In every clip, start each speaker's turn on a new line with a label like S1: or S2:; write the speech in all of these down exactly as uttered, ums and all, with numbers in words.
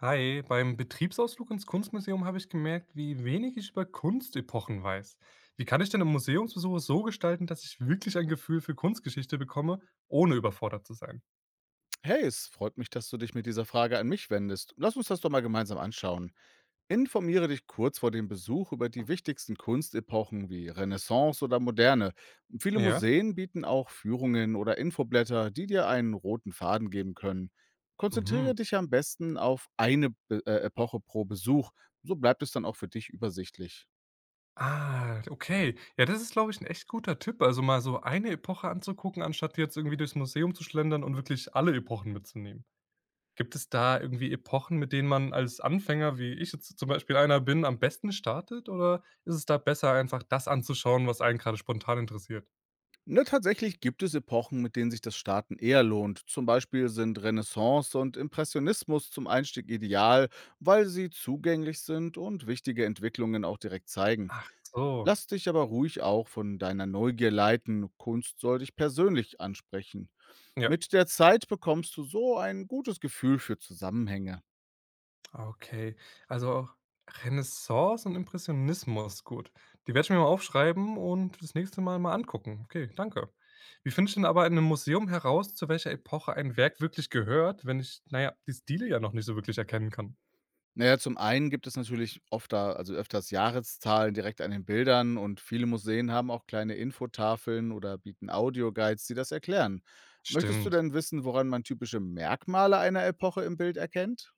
S1: Hi, beim Betriebsausflug ins Kunstmuseum habe ich gemerkt, wie wenig ich über Kunstepochen weiß. Wie kann ich denn einen Museumsbesuch so gestalten, dass ich wirklich ein Gefühl für Kunstgeschichte bekomme, ohne überfordert zu sein?
S2: Hey, es freut mich, dass du dich mit dieser Frage an mich wendest. Lass uns das doch mal gemeinsam anschauen. Informiere dich kurz vor dem Besuch über die wichtigsten Kunstepochen wie Renaissance oder Moderne. Viele
S1: Ja.
S2: Museen bieten auch Führungen oder Infoblätter, die dir einen roten Faden geben können.
S1: Mhm.
S2: Konzentriere dich am besten auf eine Be äh, Epoche pro Besuch. So bleibt es dann auch für dich übersichtlich.
S1: Ah, okay. Ja, das ist, glaube ich, ein echt guter Tipp. Also mal so eine Epoche anzugucken, anstatt jetzt irgendwie durchs Museum zu schlendern und wirklich alle Epochen mitzunehmen. Gibt es da irgendwie Epochen, mit denen man als Anfänger, wie ich jetzt zum Beispiel einer bin, am besten startet? Oder ist es da besser, einfach das anzuschauen, was einen gerade spontan interessiert?
S2: Na, tatsächlich gibt es Epochen, mit denen sich das Starten eher lohnt. Zum Beispiel sind Renaissance und Impressionismus zum Einstieg ideal, weil sie zugänglich sind und wichtige Entwicklungen auch direkt zeigen.
S1: Ach so,
S2: Lass dich aber ruhig auch von deiner Neugier leiten. Kunst soll dich persönlich ansprechen.
S1: ja,
S2: Mit der Zeit bekommst du so ein gutes Gefühl für Zusammenhänge.
S1: okay. Also auch Renaissance und Impressionismus, gut. Die werde ich mir mal aufschreiben und das nächste Mal mal angucken. Okay, danke. Wie finde ich denn aber in einem Museum heraus, zu welcher Epoche ein Werk wirklich gehört, wenn ich, naja, die Stile ja noch nicht so wirklich erkennen kann?
S2: Naja, zum einen gibt es natürlich oft da, also öfters, Jahreszahlen direkt an den Bildern, und viele Museen haben auch kleine Infotafeln oder bieten Audioguides, die das erklären. Möchtest du
S1: Stimmt.
S2: denn wissen, woran man typische Merkmale einer Epoche im Bild erkennt?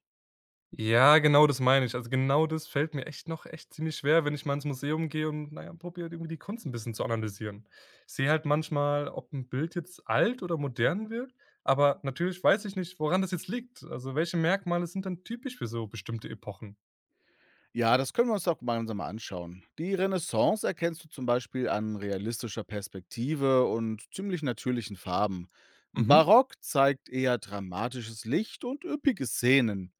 S1: Ja, genau das meine ich. Also, genau das fällt mir echt noch echt ziemlich schwer, wenn ich mal ins Museum gehe und, naja, probiere halt irgendwie die Kunst ein bisschen zu analysieren. Ich sehe halt manchmal, ob ein Bild jetzt alt oder modern wirkt, aber natürlich weiß ich nicht, woran das jetzt liegt. Also, welche Merkmale sind dann typisch für so bestimmte Epochen?
S2: Ja, das können wir uns doch gemeinsam mal anschauen. Die Renaissance erkennst du zum Beispiel an realistischer Perspektive und ziemlich natürlichen Farben.
S1: Mhm.
S2: Barock zeigt eher dramatisches Licht und üppige Szenen.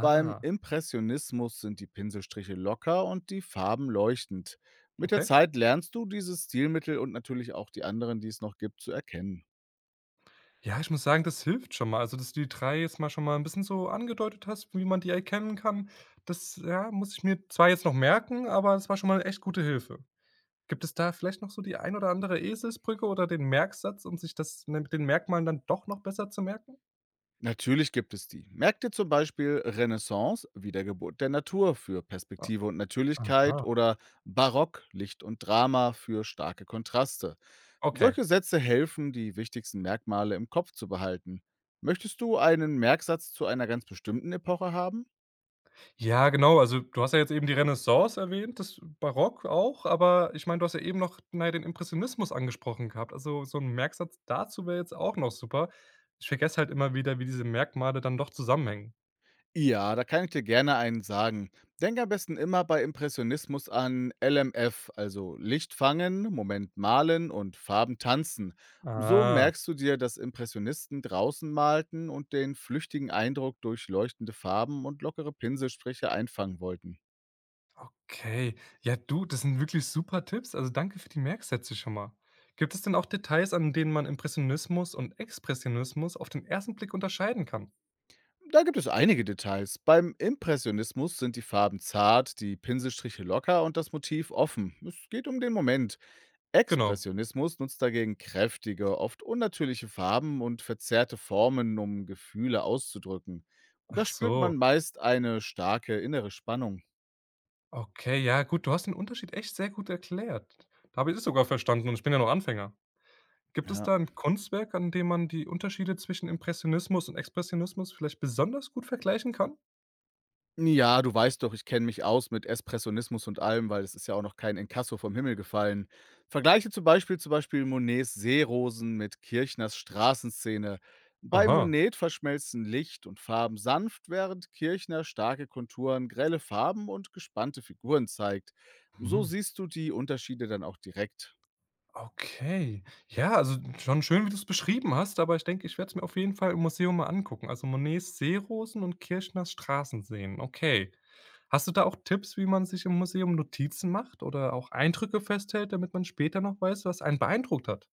S2: Beim Impressionismus sind die Pinselstriche locker und die Farben leuchtend. Mit der
S1: okay.
S2: Zeit lernst du dieses Stilmittel und natürlich auch die anderen, die es noch gibt, zu erkennen.
S1: Ja, ich muss sagen, das hilft schon mal. Also, dass du die drei jetzt mal schon mal ein bisschen so angedeutet hast, wie man die erkennen kann. Das, ja, muss ich mir zwar jetzt noch merken, aber es war schon mal 'ne echt gute Hilfe. Gibt es da vielleicht noch so die ein oder andere Eselsbrücke oder den Merksatz, um sich das, ne, mit den Merkmalen dann doch noch besser zu merken?
S2: Natürlich gibt es die. Merk dir zum Beispiel Renaissance, Wiedergeburt der Natur für
S1: A
S2: Perspektive und
S1: aha,
S2: Natürlichkeit, oder Barock, Licht und Drama für starke Kontraste.
S1: okay.
S2: Solche Sätze helfen, die wichtigsten Merkmale im Kopf zu behalten. Möchtest du einen Merksatz zu einer ganz bestimmten Epoche haben?
S1: Ja, genau, also du hast ja jetzt eben die Renaissance erwähnt, das Barock auch, aber ich meine, du hast ja eben noch, na ja, den Impressionismus angesprochen gehabt. Also, so 'n Merksatz dazu wäre jetzt auch noch super. Ich vergesse halt immer wieder, wie diese Merkmale dann doch zusammenhängen.
S2: Ja, da kann ich dir gerne einen sagen. Denk am besten immer bei Impressionismus an L M F, also Licht fangen, Moment malen und Farben tanzen. So
S1: Ah.
S2: merkst du dir, dass Impressionisten draußen malten und den flüchtigen Eindruck durch leuchtende Farben und lockere Pinselstriche einfangen wollten.
S1: Okay. Ja, du, das sind wirklich super Tipps. Also danke für die Merksätze schon mal. Gibt es denn auch Details, an denen man Impressionismus und Expressionismus auf den ersten Blick unterscheiden kann?
S2: Da gibt es einige Details. Beim Impressionismus sind die Farben zart, die Pinselstriche locker und das Motiv offen. Es geht um den Moment.
S1: Genau.
S2: Expressionismus nutzt dagegen kräftige, oft unnatürliche Farben und verzerrte Formen, um Gefühle auszudrücken. Und
S1: Ach
S2: da spürt
S1: so.
S2: man meist eine starke innere Spannung.
S1: Okay, ja, gut, du hast den Unterschied echt sehr gut erklärt. Da habe ich es sogar verstanden und ich bin ja noch Anfänger. Gibt es
S2: Ja,
S1: da ein Kunstwerk, an dem man die Unterschiede zwischen Impressionismus und Expressionismus vielleicht besonders gut vergleichen kann?
S2: Ja, du weißt doch, ich kenne mich aus mit Espressionismus und allem, weil es ist ja auch noch kein Inkasso vom Himmel gefallen. Vergleiche zum Beispiel zum Beispiel Monets Seerosen mit Kirchners Straßenszene. Bei
S1: Aha.
S2: Monet verschmelzen Licht und Farben sanft, während Kirchner starke Konturen, grelle Farben und gespannte Figuren zeigt. So
S1: Mhm.
S2: siehst du die Unterschiede dann auch direkt.
S1: Okay. Ja, also schon schön, wie du es beschrieben hast, aber ich denke, ich werde es mir auf jeden Fall im Museum mal angucken. Also Monets Seerosen und Kirchners Straßenseen. Okay. Hast du da auch Tipps, wie man sich im Museum Notizen macht oder auch Eindrücke festhält, damit man später noch weiß, was einen beeindruckt hat?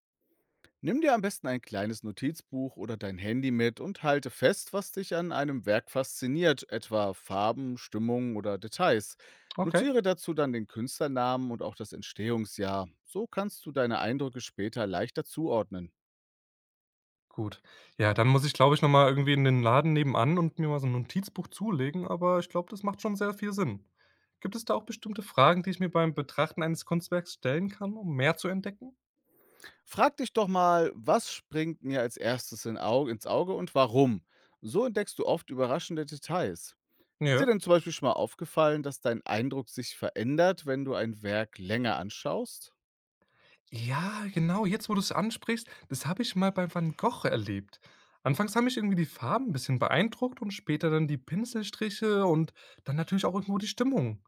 S2: Nimm dir am besten ein kleines Notizbuch oder dein Handy mit und halte fest, was dich an einem Werk fasziniert, etwa Farben, Stimmung oder Details.
S1: Okay,
S2: Notiere dazu dann den Künstlernamen und auch das Entstehungsjahr. So kannst du deine Eindrücke später leichter zuordnen.
S1: gut. Ja, dann muss ich, glaube ich, noch mal irgendwie in den Laden nebenan und mir mal so ein Notizbuch zulegen, aber ich glaube, das macht schon sehr viel Sinn. Gibt es da auch bestimmte Fragen, die ich mir beim Betrachten eines Kunstwerks stellen kann, um mehr zu entdecken?
S2: Frag dich doch mal, was springt mir als erstes in Au- ins Auge und warum? So entdeckst du oft überraschende Details. Ist dir
S1: Ja.
S2: denn zum Beispiel schon mal aufgefallen, dass dein Eindruck sich verändert, wenn du ein Werk länger anschaust?
S1: Ja, genau, jetzt, wo du es ansprichst, das habe ich mal bei Van Gogh erlebt. Anfangs haben mich irgendwie die Farben ein bisschen beeindruckt und später dann die Pinselstriche und dann natürlich auch irgendwo die Stimmung.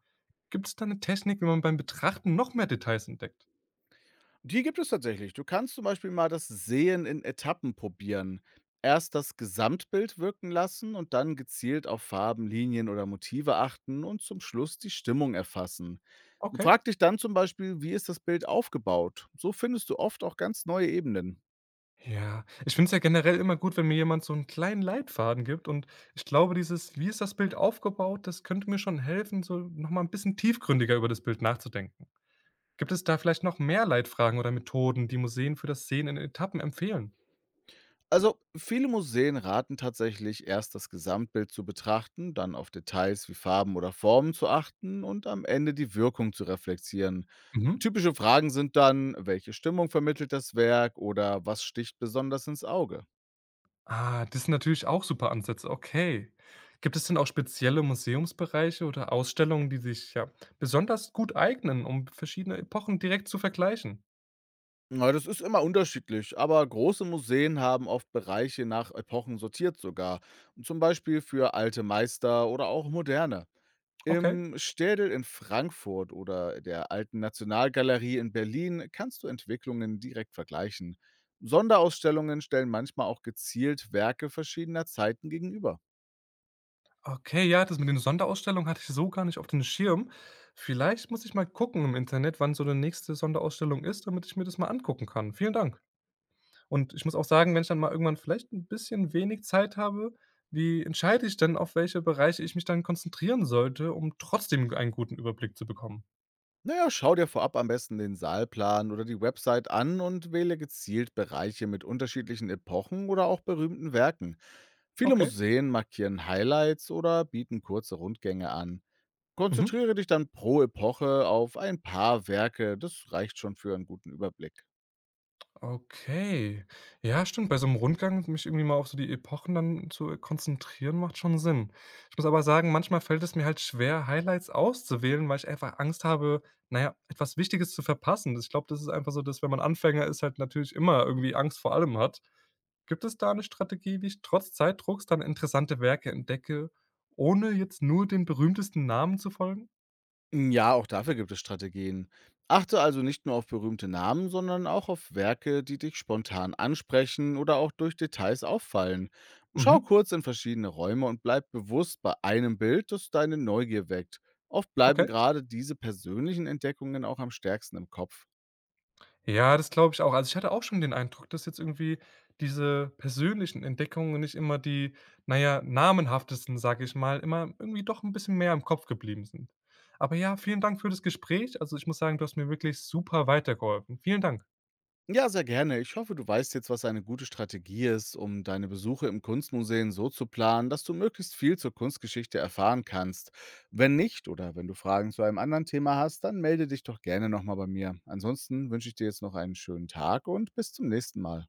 S1: Gibt es da eine Technik, wie man beim Betrachten noch mehr Details entdeckt?
S2: Die gibt es tatsächlich. Du kannst zum Beispiel mal das Sehen in Etappen probieren. Erst das Gesamtbild wirken lassen und dann gezielt auf Farben, Linien oder Motive achten und zum Schluss die Stimmung erfassen.
S1: Okay.
S2: Frag dich dann zum Beispiel, wie ist das Bild aufgebaut? So findest du oft auch ganz neue Ebenen.
S1: Ja, ich finde es ja generell immer gut, wenn mir jemand so einen kleinen Leitfaden gibt, und ich glaube, dieses „Wie ist das Bild aufgebaut?“ das könnte mir schon helfen, so noch mal 'n bisschen tiefgründiger über das Bild nachzudenken. Gibt es da vielleicht noch mehr Leitfragen oder Methoden, die Museen für das Sehen in Etappen empfehlen?
S2: Also, viele Museen raten tatsächlich, erst das Gesamtbild zu betrachten, dann auf Details wie Farben oder Formen zu achten und am Ende die Wirkung zu reflektieren.
S1: Mhm.
S2: Typische Fragen sind dann, welche Stimmung vermittelt das Werk oder was sticht besonders ins Auge?
S1: Ah, das sind natürlich auch super Ansätze, okay. Gibt es denn auch spezielle Museumsbereiche oder Ausstellungen, die sich, ja, besonders gut eignen, um verschiedene Epochen direkt zu vergleichen?
S2: Na, das ist immer unterschiedlich, aber große Museen haben oft Bereiche nach Epochen sortiert sogar, zum Beispiel für alte Meister oder auch moderne.
S1: Okay.
S2: Im Städel in Frankfurt oder der Alten Nationalgalerie in Berlin kannst du Entwicklungen direkt vergleichen. Sonderausstellungen stellen manchmal auch gezielt Werke verschiedener Zeiten gegenüber.
S1: Okay, ja, das mit den Sonderausstellungen hatte ich so gar nicht auf den Schirm. Vielleicht muss ich mal gucken im Internet, wann so eine nächste Sonderausstellung ist, damit ich mir das mal angucken kann. Vielen Dank. Und ich muss auch sagen, wenn ich dann mal irgendwann vielleicht ein bisschen wenig Zeit habe, wie entscheide ich denn, auf welche Bereiche ich mich dann konzentrieren sollte, um trotzdem einen guten Überblick zu bekommen?
S2: Naja, schau dir vorab am besten den Saalplan oder die Website an und wähle gezielt Bereiche mit unterschiedlichen Epochen oder auch berühmten Werken. Viele
S1: Okay.
S2: Museen markieren Highlights oder bieten kurze Rundgänge an.
S1: Mhm.
S2: Konzentriere dich dann pro Epoche auf ein paar Werke, das reicht schon für einen guten Überblick.
S1: Okay. Ja, stimmt, bei so einem Rundgang mich irgendwie mal auf so die Epochen dann zu konzentrieren, macht schon Sinn. Ich muss aber sagen, manchmal fällt es mir halt schwer, Highlights auszuwählen, weil ich einfach Angst habe, naja, etwas Wichtiges zu verpassen. Ich glaube, das ist einfach so, dass wenn man Anfänger ist, halt natürlich immer irgendwie Angst vor allem hat. Gibt es da eine Strategie, wie ich trotz Zeitdrucks dann interessante Werke entdecke, ohne jetzt nur den berühmtesten Namen zu folgen?
S2: Hm, Ja, auch dafür gibt es Strategien. Achte also nicht nur auf berühmte Namen, sondern auch auf Werke, die dich spontan ansprechen oder auch durch Details auffallen. Schau
S1: Mhm,
S2: kurz in verschiedene Räume und bleib bewusst bei einem Bild, das deine Neugier weckt. Oft bleiben
S1: okay.
S2: gerade diese persönlichen Entdeckungen auch am stärksten im Kopf.
S1: Ja, das glaube ich auch. Also, ich hatte auch schon den Eindruck, dass jetzt irgendwie diese persönlichen Entdeckungen nicht immer die, naja, namenhaftesten, sage ich mal, immer irgendwie doch ein bisschen mehr im Kopf geblieben sind. Aber ja, vielen Dank für das Gespräch. Also, ich muss sagen, du hast mir wirklich super weitergeholfen. Vielen Dank.
S2: Ja, sehr gerne. Ich hoffe, du weißt jetzt, was eine gute Strategie ist, um deine Besuche im Kunstmuseum so zu planen, dass du möglichst viel zur Kunstgeschichte erfahren kannst. Wenn nicht, oder wenn du Fragen zu einem anderen Thema hast, dann melde dich doch gerne nochmal bei mir. Ansonsten wünsche ich dir jetzt noch einen schönen Tag und bis zum nächsten Mal.